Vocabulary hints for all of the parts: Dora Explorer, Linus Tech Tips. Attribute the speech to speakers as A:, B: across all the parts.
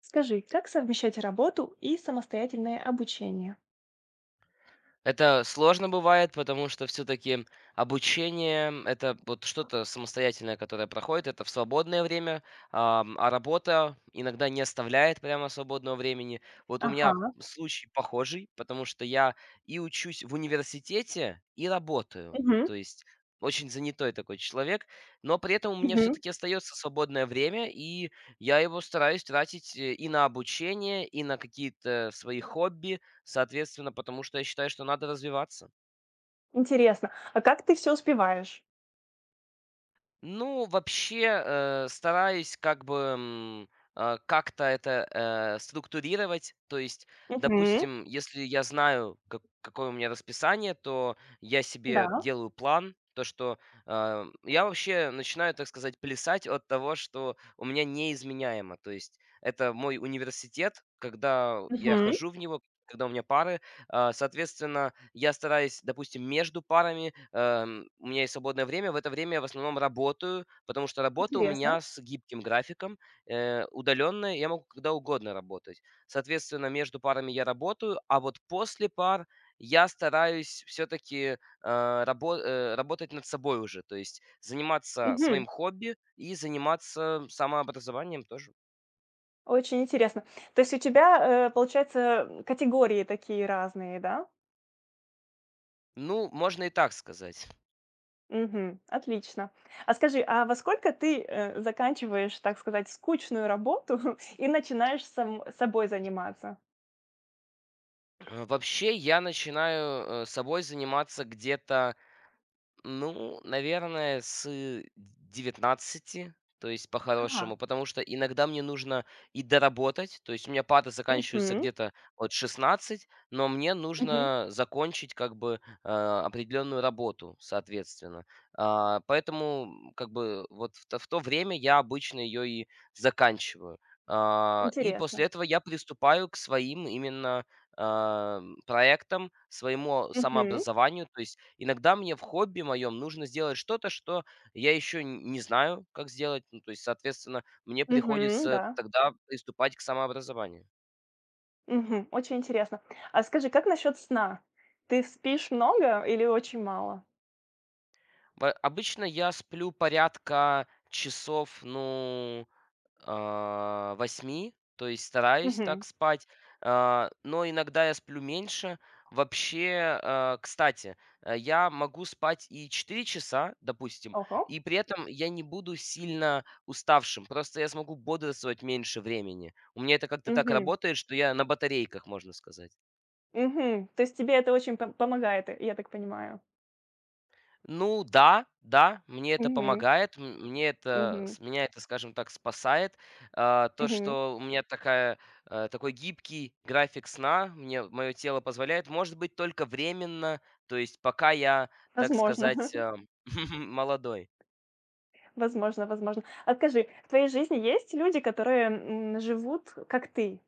A: Скажи, как совмещать работу и самостоятельное обучение?
B: Это сложно бывает, потому что все-таки обучение это вот что-то самостоятельное, которое проходит, это в свободное время, а работа иногда не оставляет прямо свободного времени. Вот у меня
A: Ага.
B: случай похожий, потому что я и учусь в университете, и работаю.
A: Мгм.
B: То есть очень занятой такой человек, но при этом у меня
A: Мгм.
B: все-таки остается свободное время, и я его стараюсь тратить и на обучение, и на какие-то свои хобби, соответственно, потому что я считаю, что надо развиваться.
A: Интересно. А как ты все успеваешь?
B: Ну, вообще, стараюсь как бы как-то это структурировать. То есть,
A: Мгм.
B: допустим, если я знаю, какое у меня расписание, то я
A: Да.
B: себе делаю план. То, что я вообще начинаю, так сказать, плясать от того, что у меня неизменяемо. То есть это мой университет, когда я
A: Мгм.
B: хожу в него, когда у меня пары. Соответственно, я стараюсь, допустим, между парами, у меня есть свободное время, в это время я в основном работаю, потому что работа у
A: Интересно.
B: меня с гибким графиком, удаленная, я могу когда угодно работать. Соответственно, между парами я работаю, а вот после пар я стараюсь все-таки работать над собой уже, то есть заниматься
A: Мгм.
B: своим хобби и заниматься самообразованием тоже.
A: Очень интересно. То есть у тебя, получается, категории такие разные, да?
B: Ну, можно и так сказать.
A: Мгм. Отлично. А скажи, а во сколько ты, заканчиваешь, так сказать, скучную работу и начинаешь сам собой заниматься?
B: Вообще, я начинаю, собой заниматься где-то, ну, наверное, с 19, то есть
A: Ага.
B: по-хорошему. Потому что иногда мне нужно и доработать, то есть у меня пары заканчиваются
A: Мгм.
B: где-то от 16, но мне
A: Мгм.
B: нужно закончить как бы, определенную работу, соответственно. Поэтому, как бы, вот в то время я обычно ее и заканчиваю. И после
A: Интересно.
B: этого я приступаю к своим именно проектам, своему
A: Мгм.
B: самообразованию. То есть иногда мне в хобби моем нужно сделать что-то, что я еще не знаю, как сделать. Ну, то есть, соответственно, мне
A: Мгм.
B: приходится
A: Да.
B: тогда приступать к самообразованию.
A: Мгм. Очень интересно. А скажи, как насчет сна? Ты спишь много или очень мало?
B: Обычно я сплю порядка часов, ну, 8, то есть стараюсь
A: Мгм.
B: так спать, но иногда я сплю меньше. Вообще, кстати, я могу спать и 4 часа, допустим,
A: Ого.
B: и при этом я не буду сильно уставшим, просто я смогу бодрствовать меньше времени. У меня это как-то так
A: Мгм.
B: работает, что я на батарейках, можно сказать.
A: Мгм. То есть тебе это очень помогает, я так понимаю?
B: Ну да, да, мне это
A: Мгм.
B: помогает, мне это
A: Мгм.
B: с меня это, скажем так, спасает. То,
A: Мгм.
B: что у меня такая, такой гибкий график сна, мне мое тело позволяет, может быть, только временно, то есть пока я, так
A: Возможно.
B: сказать, молодой.
A: Возможно, возможно. А скажи, в твоей жизни есть люди, которые, живут как ты?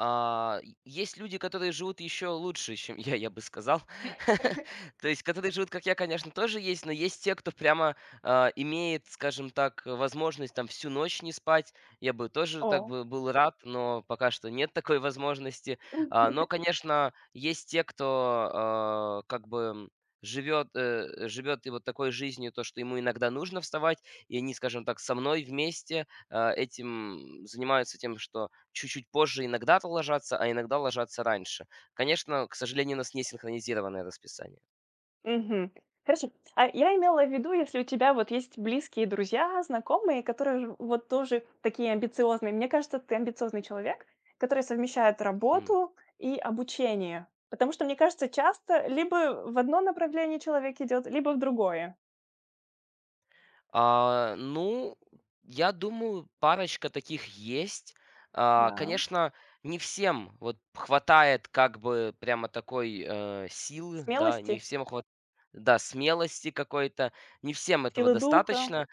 B: А, е Есть люди, которые живут еще лучше, чем я бы сказал. То есть, которые живут, как я, конечно, тоже есть, но есть те, кто прямо, имеет, скажем так, возможность там всю ночь не спать. Я бы тоже так
A: О.
B: бы был рад, но пока что нет такой возможности. Но, конечно, есть те, кто, живет и вот такой жизнью, то, что ему иногда нужно вставать, и они, скажем так, со мной вместе, этим занимаются тем, что чуть-чуть позже иногда ложатся, а иногда ложатся раньше. Конечно, к сожалению, у нас не синхронизированное расписание.
A: Мгм. Хорошо. А я имела в виду, если у тебя вот есть близкие друзья, знакомые, вот тоже такие амбициозные. Мне кажется, ты амбициозный человек, который совмещает
B: Хм.
A: работу и обучение. Потому что, мне кажется, часто либо в одно направление человек идет, либо в другое.
B: Ну, я думаю, парочка таких есть.
A: Да.
B: Конечно, не всем вот хватает как бы прямо такой, силы, да,
A: Смелости,
B: не всем хватает, да, смелости какой-то, не всем этого
A: силы духа.
B: достаточно.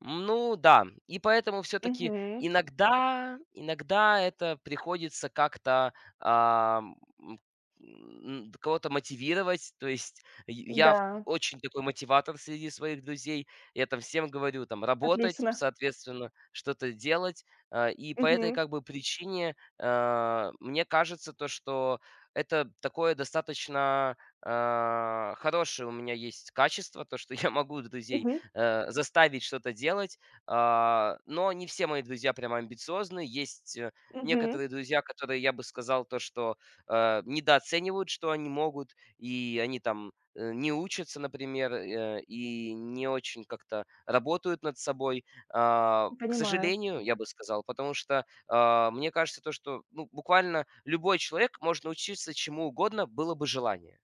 B: Ну да, и поэтому все-таки
A: Мгм.
B: иногда это приходится как-то а, м, кого-то мотивировать. То есть и я
A: Да,
B: очень такой мотиватор среди своих друзей. Я там всем говорю, там, работать,
A: отлично.
B: соответственно, что-то делать. И по этой
A: Мгм.
B: как бы причине, мне кажется то, что это такое достаточно хорошее у меня есть качество, то, что я могу друзей
A: Мгм.
B: заставить что-то делать. Но не все мои друзья прямо амбициозны. Есть
A: Мгм.
B: некоторые друзья, которые, я бы сказал, то, что недооценивают, что они могут, и они там не учатся, например, и не очень как-то работают над собой. К
A: Понимаю.
B: сожалению, я бы сказал, потому что, мне кажется то, что, ну, буквально любой человек может научиться чему угодно, было бы желание.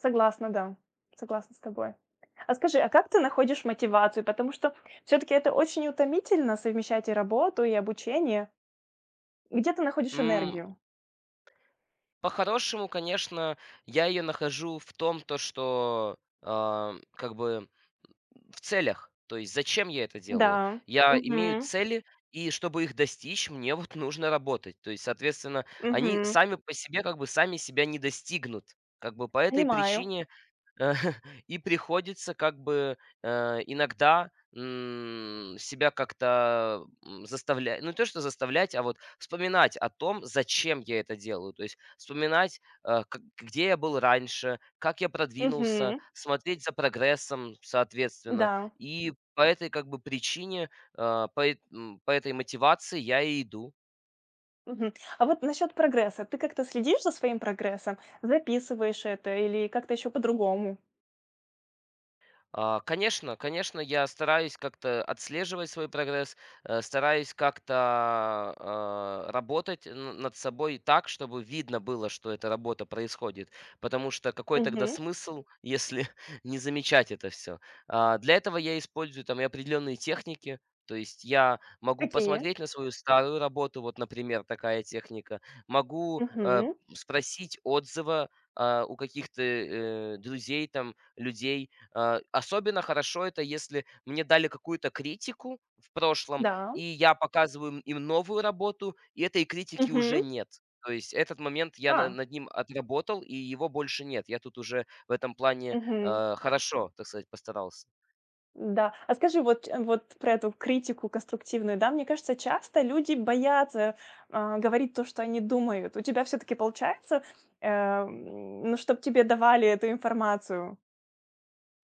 A: Согласна, да. Согласна с тобой. А скажи, а как ты находишь мотивацию? Потому что все таки это очень утомительно совмещать и работу, и обучение. Где ты находишь
B: М,
A: энергию?
B: По-хорошему, конечно, я ее нахожу в том, то что, как бы в целях. То есть зачем я это делаю?
A: Да.
B: Я имею
A: Мгм.
B: цели, и чтобы их достичь, мне вот нужно работать. То есть, соответственно, они
A: Мгм.
B: сами по себе, как бы сами себя не достигнут. Как бы по этой
A: Понимаю.
B: причине. Э, И приходится как бы иногда себя как-то заставлять. Ну, не то что заставлять, а вот вспоминать о том, зачем я это делаю. То есть вспоминать, э, к где я был раньше, как я продвинулся,
A: Мгм.
B: смотреть за прогрессом, соответственно.
A: Да.
B: И по этой как бы причине, по этой мотивации я и иду.
A: Мгм. А вот насчет прогресса. Ты как-то следишь за своим прогрессом? Записываешь это или как-то еще по-другому?
B: Конечно, конечно, я стараюсь как-то отслеживать свой прогресс, стараюсь как-то работать над собой так, чтобы видно было, что эта работа происходит. Потому что какой тогда
A: Мгм.
B: смысл, если не замечать это все? Для этого я использую там и определенные техники. То есть я могу
A: Какие?
B: посмотреть на свою старую работу, вот, например, такая техника. Могу
A: Мгм.
B: спросить отзывы у каких-то друзей, там, людей. Особенно хорошо это, если мне дали какую-то критику в прошлом,
A: Да.
B: и я показываю им новую работу, и этой критики уже
A: Мгм.
B: нет. То есть этот момент я на
A: А.
B: над ним отработал, и его больше нет. Я тут уже в этом плане,
A: Мгм.
B: хорошо, так сказать, постарался.
A: Да. А скажи, вот, ч вот про эту критику конструктивную, да, мне кажется, часто люди боятся, говорить то, что они думают. У тебя все таки получается, ну, чтобы тебе давали эту информацию?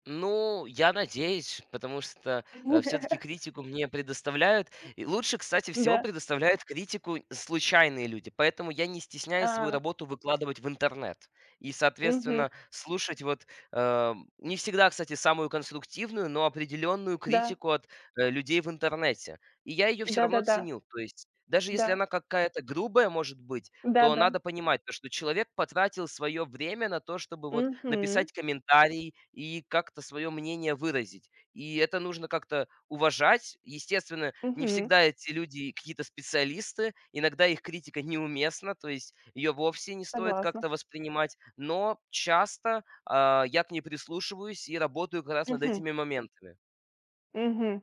B: Ну, я надеюсь, потому что все-таки критику мне предоставляют. И лучше, кстати, всего
A: Да.
B: предоставляют критику случайные люди. Поэтому я не стесняюсь свою
A: А,
B: работу выкладывать в интернет. И,
A: мгм.
B: соответственно, слушать вот не всегда, кстати, самую конструктивную, но определенную
A: Да.
B: критику от людей в интернете. И я ее все равно
A: Да-да-да.
B: ценю. То есть даже если
A: Да.
B: она какая-то грубая может быть, то
A: Да-да.
B: надо понимать то, что человек потратил свое время на то, чтобы вот
A: Мгм.
B: написать комментарий и как-то свое мнение выразить. И это нужно как-то уважать. Естественно, не
A: Мгм.
B: всегда эти люди какие-то специалисты, иногда их критика неуместна, то есть ее вовсе не стоит
A: Согласна.
B: как-то воспринимать, но часто, я к ней прислушиваюсь и работаю как раз над
A: Мгм.
B: этими моментами.
A: Мгм.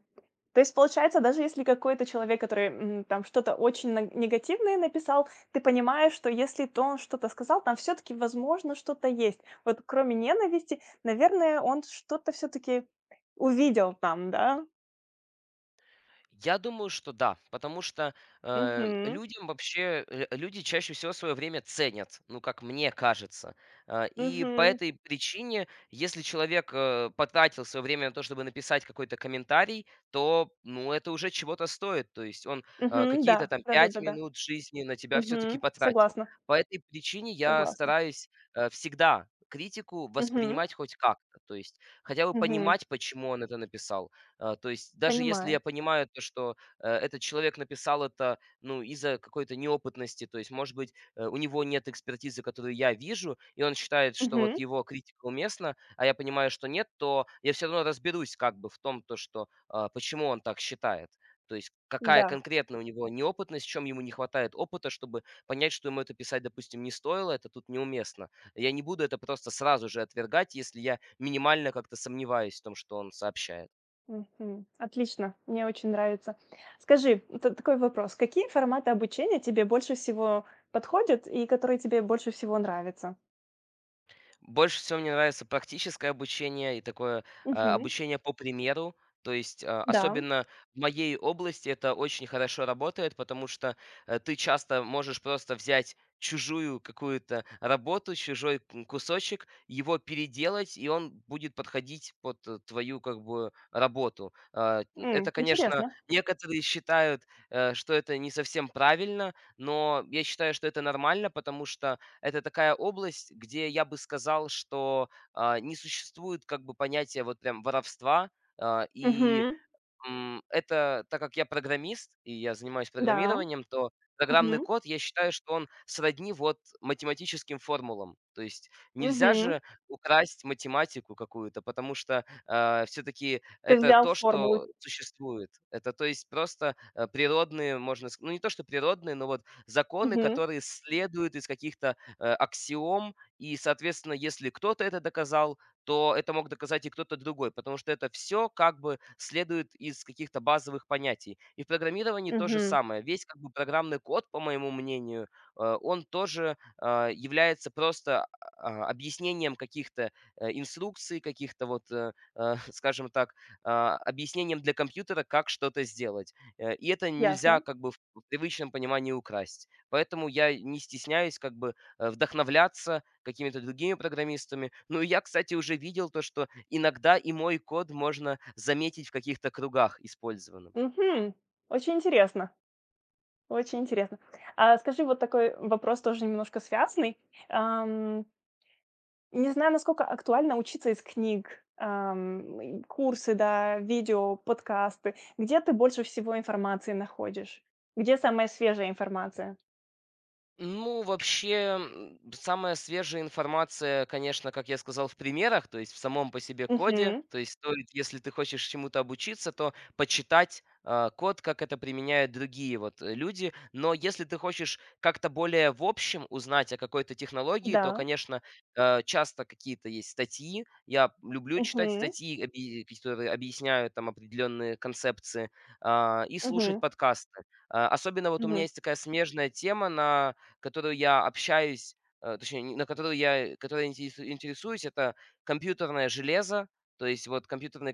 A: То есть, получается, даже если какой-то человек, который, там что-то очень на негативное написал, ты понимаешь, что если то он что-то сказал, там все таки возможно, что-то есть. Вот кроме ненависти, наверное, он что-то все таки увидел там, да?
B: Я думаю, что да, потому что,
A: Угу.
B: людям вообще, люди чаще всего свое время ценят, ну, как мне кажется. И по
A: Угу.
B: этой причине, если человек потратил свое время на то, чтобы написать какой-то комментарий, то, ну, это уже чего-то стоит. То есть он
A: Мгм.
B: какие-то
A: Да.
B: там пять
A: Да-да-да-да.
B: минут жизни на тебя все-таки
A: Мгм.
B: потратил.
A: Согласна,
B: По этой причине я
A: согласна.
B: стараюсь всегда критику
A: Угу.
B: воспринимать хоть как-то, то есть хотя бы
A: Угу.
B: понимать, почему он это написал, то есть даже если
A: Понимаю.
B: я понимаю то, что, этот человек написал это, ну, из-за какой-то неопытности, то есть, может быть, у него нет экспертизы, которую я вижу, и он считает, что вот
A: Угу.
B: его критика уместна, а я понимаю, что нет, то я все равно разберусь как бы в том, то, что, почему он так считает. То есть какая
A: Да.
B: конкретно у него неопытность, в чём ему не хватает опыта, чтобы понять, что ему это писать, допустим, не стоило, это тут неуместно. Я не буду это просто сразу же отвергать, если я минимально как-то сомневаюсь в том, что он сообщает.
A: Мгм. Отлично, мне очень нравится. Скажи, такой вопрос. Какие форматы обучения тебе больше всего подходят и которые тебе больше всего нравятся?
B: Больше всего мне нравится практическое обучение и такое,
A: Мгм.
B: обучение по примеру. То есть,
A: Да.
B: особенно в моей области это очень хорошо работает, потому что, ты часто можешь просто взять чужую какую-то работу, чужой, кусочек, его переделать, и он будет подходить под, твою как бы работу. А, н Это, конечно,
A: Интересно.
B: некоторые считают, что это не совсем правильно, но я считаю, что это нормально, потому что это такая область, где я бы сказал, что, не существует как бы понятия вот прям воровства. а, и
A: Мгм.
B: Это так как я программист и я занимаюсь
A: Да.
B: программированием, то программный
A: Мгм.
B: код, я считаю, что он сродни вот математическим формулам. То есть нельзя
A: Мгм.
B: же украсть математику какую-то, потому что, все-таки
A: Ты
B: это
A: взял
B: то,
A: формулу.
B: что существует. Это, то есть, просто, природные, можно сказать, ну, не то что природные, но вот законы,
A: Мгм.
B: которые следуют из каких-то, аксиом. И, соответственно, если кто-то это доказал, то это мог доказать и кто-то другой, потому что это все как бы следует из каких-то базовых понятий. И в программировании то же
A: Мгм.
B: самое. Весь как бы программный код, по моему мнению, он тоже, является просто объяснением каких-то инструкций, каких-то вот, скажем так, объяснением для компьютера, как что-то сделать. И это
A: Ясно.
B: нельзя как бы в привычном понимании украсть. Поэтому я не стесняюсь как бы вдохновляться какими-то другими программистами. Ну и я, кстати, уже видел то, что иногда и мой код можно заметить в каких-то кругах использованным.
A: Мгм. Очень интересно. Очень интересно. А скажи, вот такой вопрос тоже немножко связанный. Не знаю, насколько актуально учиться из книг, и курсы, да, видео, подкасты. Где ты больше всего информации находишь? Где самая свежая информация?
B: Ну, вообще, самая свежая информация, конечно, как я сказал, в примерах, то есть в самом по себе коде.
A: Мгм.
B: То есть стоит, если ты хочешь чему-то обучиться, то почитать, код, как это применяют другие вот, люди. Но если ты хочешь как-то более в общем узнать о какой-то технологии, то,
A: Да.
B: конечно, часто какие-то есть статьи. Я люблю читать
A: Мгм.
B: статьи, которые объясняют там определенные концепции, и слушать
A: Мгм.
B: подкасты. Особенно вот у меня
A: Мгм.
B: есть такая смежная тема, на которую я общаюсь, точнее, на которую я, которой интересуюсь, это компьютерное железо, то есть вот компьютерные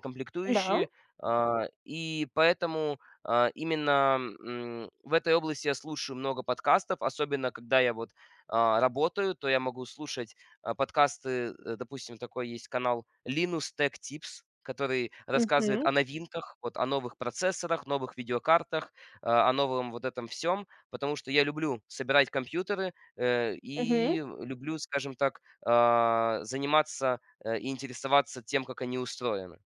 A: Да.
B: комплектующие, и поэтому, именно, в этой области я слушаю много подкастов, особенно когда я вот, работаю, то я могу слушать подкасты, допустим, такой есть канал Linus Tech Tips, который рассказывает
A: Мгм.
B: о новинках, вот о новых процессорах, новых видеокартах, о новом вот этом всем. Потому что я люблю собирать компьютеры,
A: Мгм.
B: и люблю, скажем так, заниматься, и интересоваться тем, как они устроены.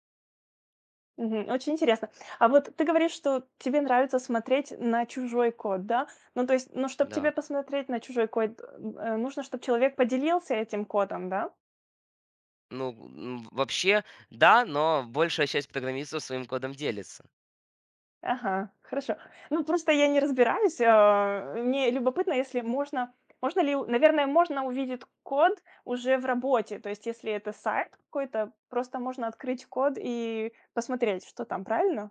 A: Мгм. Очень интересно. А вот ты говоришь, что тебе нравится смотреть на чужой код, да? Ну, то есть, ну, чтобы тебе
B: Да.
A: посмотреть на чужой код, нужно, чтобы человек поделился этим кодом, да?
B: Ну, вообще, да, но большая часть программистов своим кодом делится.
A: Ага, хорошо. Ну, просто я не разбираюсь. Мне любопытно, если можно... Наверное, можно увидеть код уже в работе. То есть, если это сайт какой-то, просто можно открыть код и посмотреть, что там, правильно?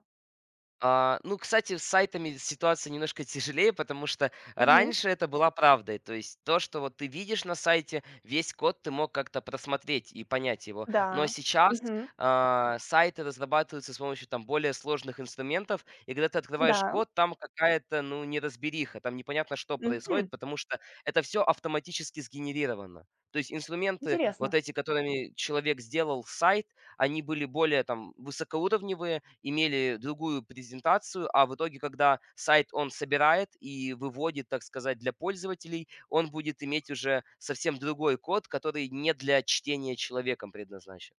B: Ну, кстати, с сайтами ситуация немножко тяжелее, потому что
A: Мгм.
B: раньше это была правдой. То есть то, что вот ты видишь на сайте, весь код ты мог как-то просмотреть и понять его. Но
A: Да.
B: сейчас
A: Мгм.
B: сайты разрабатываются с помощью там более сложных инструментов, и когда ты открываешь
A: Да.
B: код, там какая-то, ну, неразбериха, там непонятно, что происходит,
A: Мгм.
B: потому что это все автоматически сгенерировано. То есть инструменты, вот
A: Интересно.
B: эти, которыми человек сделал сайт, они были более там высокоуровневые, имели другую презентацию, а в итоге, когда сайт он собирает и выводит, так сказать, для пользователей, он будет иметь уже совсем другой код, который не для чтения человеком предназначен.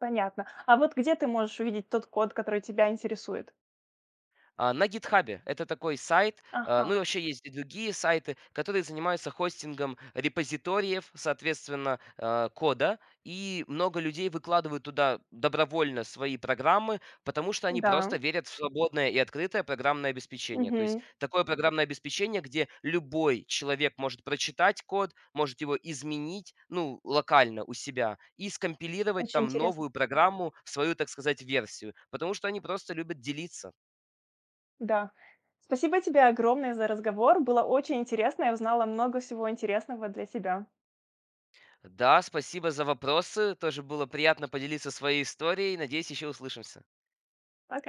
A: Понятно. А вот где ты можешь увидеть тот код, который тебя интересует?
B: На "Гитхабе". Это такой сайт, ну
A: Ага.
B: и вообще есть и другие сайты, которые занимаются хостингом репозиториев, соответственно, кода. И много людей выкладывают туда добровольно свои программы, потому что они
A: Да.
B: просто верят в свободное и открытое программное обеспечение. То есть
A: Мгм.
B: такое программное обеспечение, где любой человек может прочитать код, может его изменить, ну, локально у себя и скомпилировать
A: Очень
B: там
A: интересно.
B: новую программу в свою, так сказать, версию, потому что они просто любят делиться.
A: Да. Спасибо тебе огромное за разговор. Было очень интересно. Я узнала много всего интересного для себя.
B: Да, спасибо за вопросы. Тоже было приятно поделиться своей историей. Надеюсь, еще услышимся.
A: Пока.